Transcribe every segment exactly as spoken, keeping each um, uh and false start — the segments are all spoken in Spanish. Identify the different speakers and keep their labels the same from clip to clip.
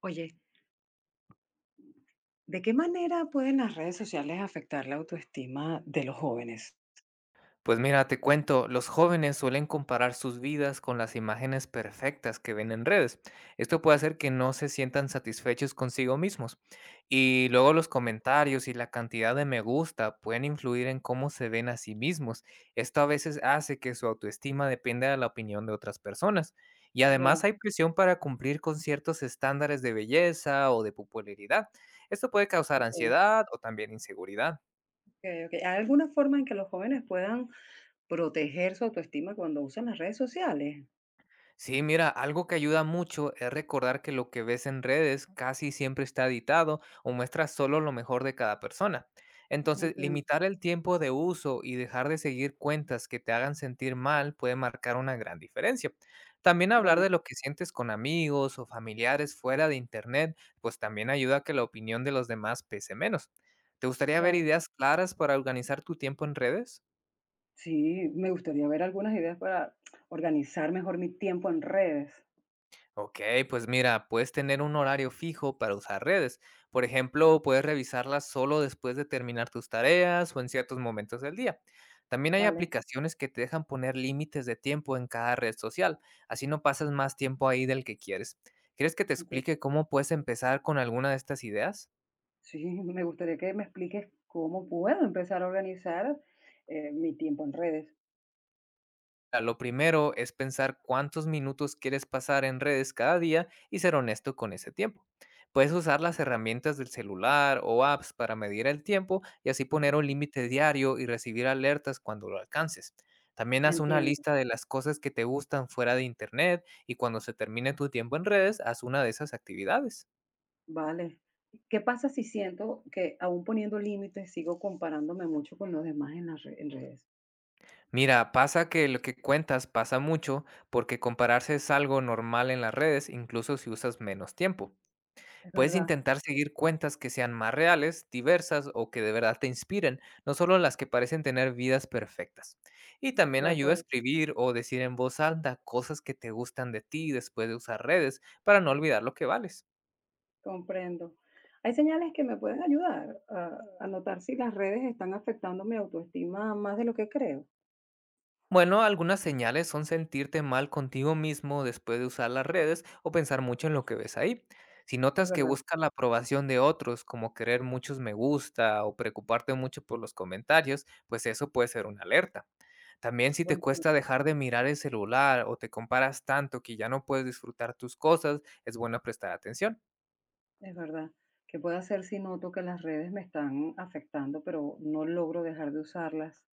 Speaker 1: Oye, ¿de qué manera pueden las redes sociales afectar la autoestima de los jóvenes?
Speaker 2: Pues mira, te cuento, los jóvenes suelen comparar sus vidas con las imágenes perfectas que ven en redes. Esto puede hacer que no se sientan satisfechos consigo mismos. Y luego los comentarios y la cantidad de me gusta pueden influir en cómo se ven a sí mismos. Esto a veces hace que su autoestima dependa de la opinión de otras personas. Y además
Speaker 1: Ya,
Speaker 2: hay presión para cumplir con ciertos estándares de belleza o de popularidad. Esto puede causar
Speaker 1: ok, ok,
Speaker 2: ansiedad o también inseguridad.
Speaker 1: ok. ¿Hay alguna forma en que los jóvenes puedan proteger su autoestima cuando usan las redes sociales?
Speaker 2: Sí, mira, algo que ayuda mucho es recordar que lo que ves en redes casi siempre está editado o muestra solo lo mejor de cada persona. Entonces,
Speaker 1: Entiendo,
Speaker 2: limitar el tiempo de uso y dejar de seguir cuentas que te hagan sentir mal puede marcar una gran diferencia. También hablar
Speaker 1: vale,
Speaker 2: de lo que sientes con amigos o familiares fuera de Internet, pues también ayuda a que la opinión de los demás pese menos. ¿Te gustaría ver
Speaker 1: claro.
Speaker 2: ideas claras para organizar tu tiempo en redes?
Speaker 1: Sí, me gustaría ver algunas ideas para organizar mejor mi tiempo en redes.
Speaker 2: Ok, pues mira, puedes tener un horario fijo para usar redes. Por ejemplo, puedes revisarlas solo después de terminar tus tareas o en ciertos momentos del día. También hay
Speaker 1: Vale,
Speaker 2: aplicaciones que te dejan poner límites de tiempo en cada red social, así no pasas más tiempo ahí del que quieres. ¿Quieres que te
Speaker 1: entiendo.
Speaker 2: explique cómo puedes empezar con alguna de estas ideas?
Speaker 1: Sí, me gustaría que me expliques cómo puedo empezar a organizar eh, mi tiempo en redes.
Speaker 2: Ah, Lo primero es pensar cuántos minutos quieres pasar en redes cada día y ser honesto con ese tiempo. Puedes usar las herramientas del celular o apps para medir el tiempo y así poner un límite diario y recibir alertas cuando lo alcances. También haz una
Speaker 1: Entiendo.
Speaker 2: lista de las cosas que te gustan fuera de internet y, cuando se termine tu tiempo en redes, haz una de esas actividades.
Speaker 1: Vale. ¿Qué pasa si siento que aún poniendo límites sigo comparándome mucho con los demás en las re- en redes?
Speaker 2: Mira, pasa que lo que cuentas pasa mucho porque compararse es algo normal en las redes, incluso si usas menos tiempo.
Speaker 1: Es
Speaker 2: Puedes
Speaker 1: verdad,
Speaker 2: intentar seguir cuentas que sean más reales, diversas o que de verdad te inspiren, no solo las que parecen tener vidas perfectas. Y también
Speaker 1: de
Speaker 2: ayuda a
Speaker 1: acuerdo,
Speaker 2: escribir o decir en voz alta cosas que te gustan de ti después de usar redes para no olvidar lo que vales.
Speaker 1: comprendo. Hay señales que me pueden ayudar a, a notar si las redes están afectando mi autoestima más de lo que creo.
Speaker 2: Bueno, algunas señales son sentirte mal contigo mismo después de usar las redes o pensar mucho en lo que ves ahí. Si
Speaker 1: Es
Speaker 2: notas que
Speaker 1: verdad,
Speaker 2: buscas la aprobación de otros, como querer muchos me gusta o preocuparte mucho por los comentarios, pues eso puede ser una alerta. También, si te
Speaker 1: buen punto,
Speaker 2: cuesta dejar de mirar el celular o te comparas tanto que ya no puedes disfrutar tus cosas, es bueno prestar atención.
Speaker 1: es verdad. ¿Qué puedo hacer si noto que las redes me están afectando, pero no logro dejar de usarlas?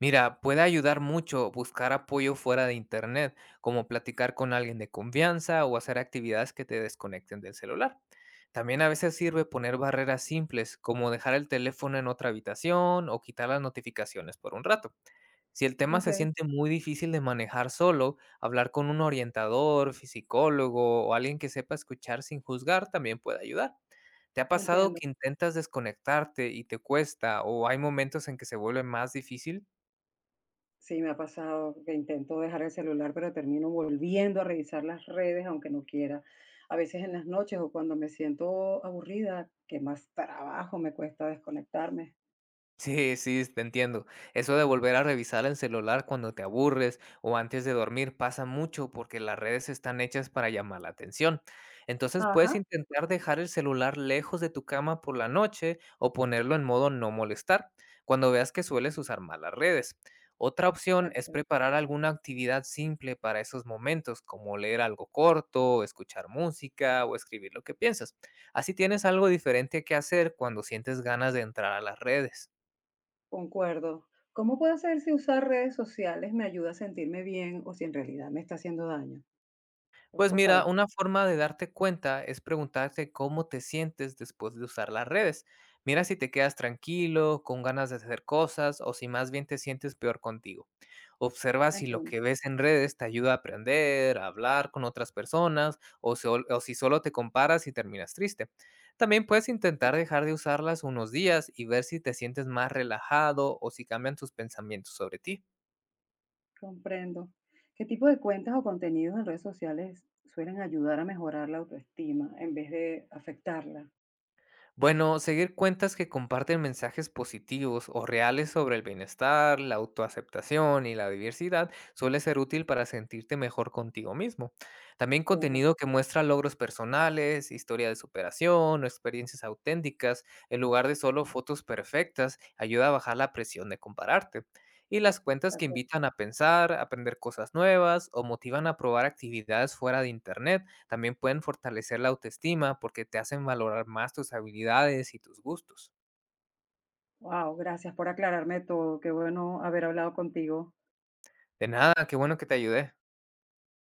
Speaker 2: Mira, puede ayudar mucho buscar apoyo fuera de Internet, como platicar con alguien de confianza o hacer actividades que te desconecten del celular. También a veces sirve poner barreras simples, como dejar el teléfono en otra habitación o quitar las notificaciones por un rato. Si el tema
Speaker 1: Ok,
Speaker 2: se siente muy difícil de manejar solo, hablar con un orientador, psicólogo o alguien que sepa escuchar sin juzgar también puede ayudar. ¿Te ha pasado
Speaker 1: entiendo.
Speaker 2: que intentas desconectarte y te cuesta, o hay momentos en que se vuelve más difícil?
Speaker 1: Sí, me ha pasado que intento dejar el celular, pero termino volviendo a revisar las redes, aunque no quiera. A veces en las noches o cuando me siento aburrida, que más trabajo me cuesta desconectarme.
Speaker 2: Sí, sí, te entiendo. Eso de volver a revisar el celular cuando te aburres o antes de dormir pasa mucho porque las redes están hechas para llamar la atención. Entonces, puedes
Speaker 1: Ajá.
Speaker 2: intentar dejar el celular lejos de tu cama por la noche o ponerlo en modo no molestar cuando veas que sueles usar más las redes. Otra
Speaker 1: De
Speaker 2: opción es
Speaker 1: acuerdo,
Speaker 2: preparar alguna actividad simple para esos momentos, como leer algo corto, escuchar música o escribir lo que piensas. Así tienes algo diferente que hacer cuando sientes ganas de entrar a las redes.
Speaker 1: concuerdo. ¿Cómo puedo saber si usar redes sociales me ayuda a sentirme bien o si en realidad me está haciendo daño? ¿Cómo
Speaker 2: Pues
Speaker 1: puedo
Speaker 2: mira,
Speaker 1: saber?
Speaker 2: una forma de darte cuenta es preguntarte cómo te sientes después de usar las redes. Mira si te quedas tranquilo, con ganas de hacer cosas, o si más bien te sientes peor contigo. Observa si lo
Speaker 1: Entiendo.
Speaker 2: que ves en redes te ayuda a aprender, a hablar con otras personas, o, sol- o si solo te comparas y terminas triste. También puedes intentar dejar de usarlas unos días y ver si te sientes más relajado o si cambian tus pensamientos sobre ti.
Speaker 1: Comprendo. ¿Qué tipo de cuentas o contenidos en redes sociales suelen ayudar a mejorar la autoestima en vez de afectarla?
Speaker 2: Bueno, seguir cuentas que comparten mensajes positivos o reales sobre el bienestar, la autoaceptación y la diversidad suele ser útil para sentirte mejor contigo mismo. También
Speaker 1: Tienes razón.
Speaker 2: contenido que muestra logros personales, historia de superación o experiencias auténticas, en lugar de solo fotos perfectas, ayuda a bajar la presión de compararte. Y las cuentas
Speaker 1: De
Speaker 2: que
Speaker 1: acuerdo.
Speaker 2: invitan a pensar, aprender cosas nuevas o motivan a probar actividades fuera de Internet también pueden fortalecer la autoestima porque te hacen valorar más tus habilidades y tus gustos.
Speaker 1: Wow, gracias por aclararme todo. Qué bueno haber hablado contigo.
Speaker 2: De nada, qué bueno que te ayudé.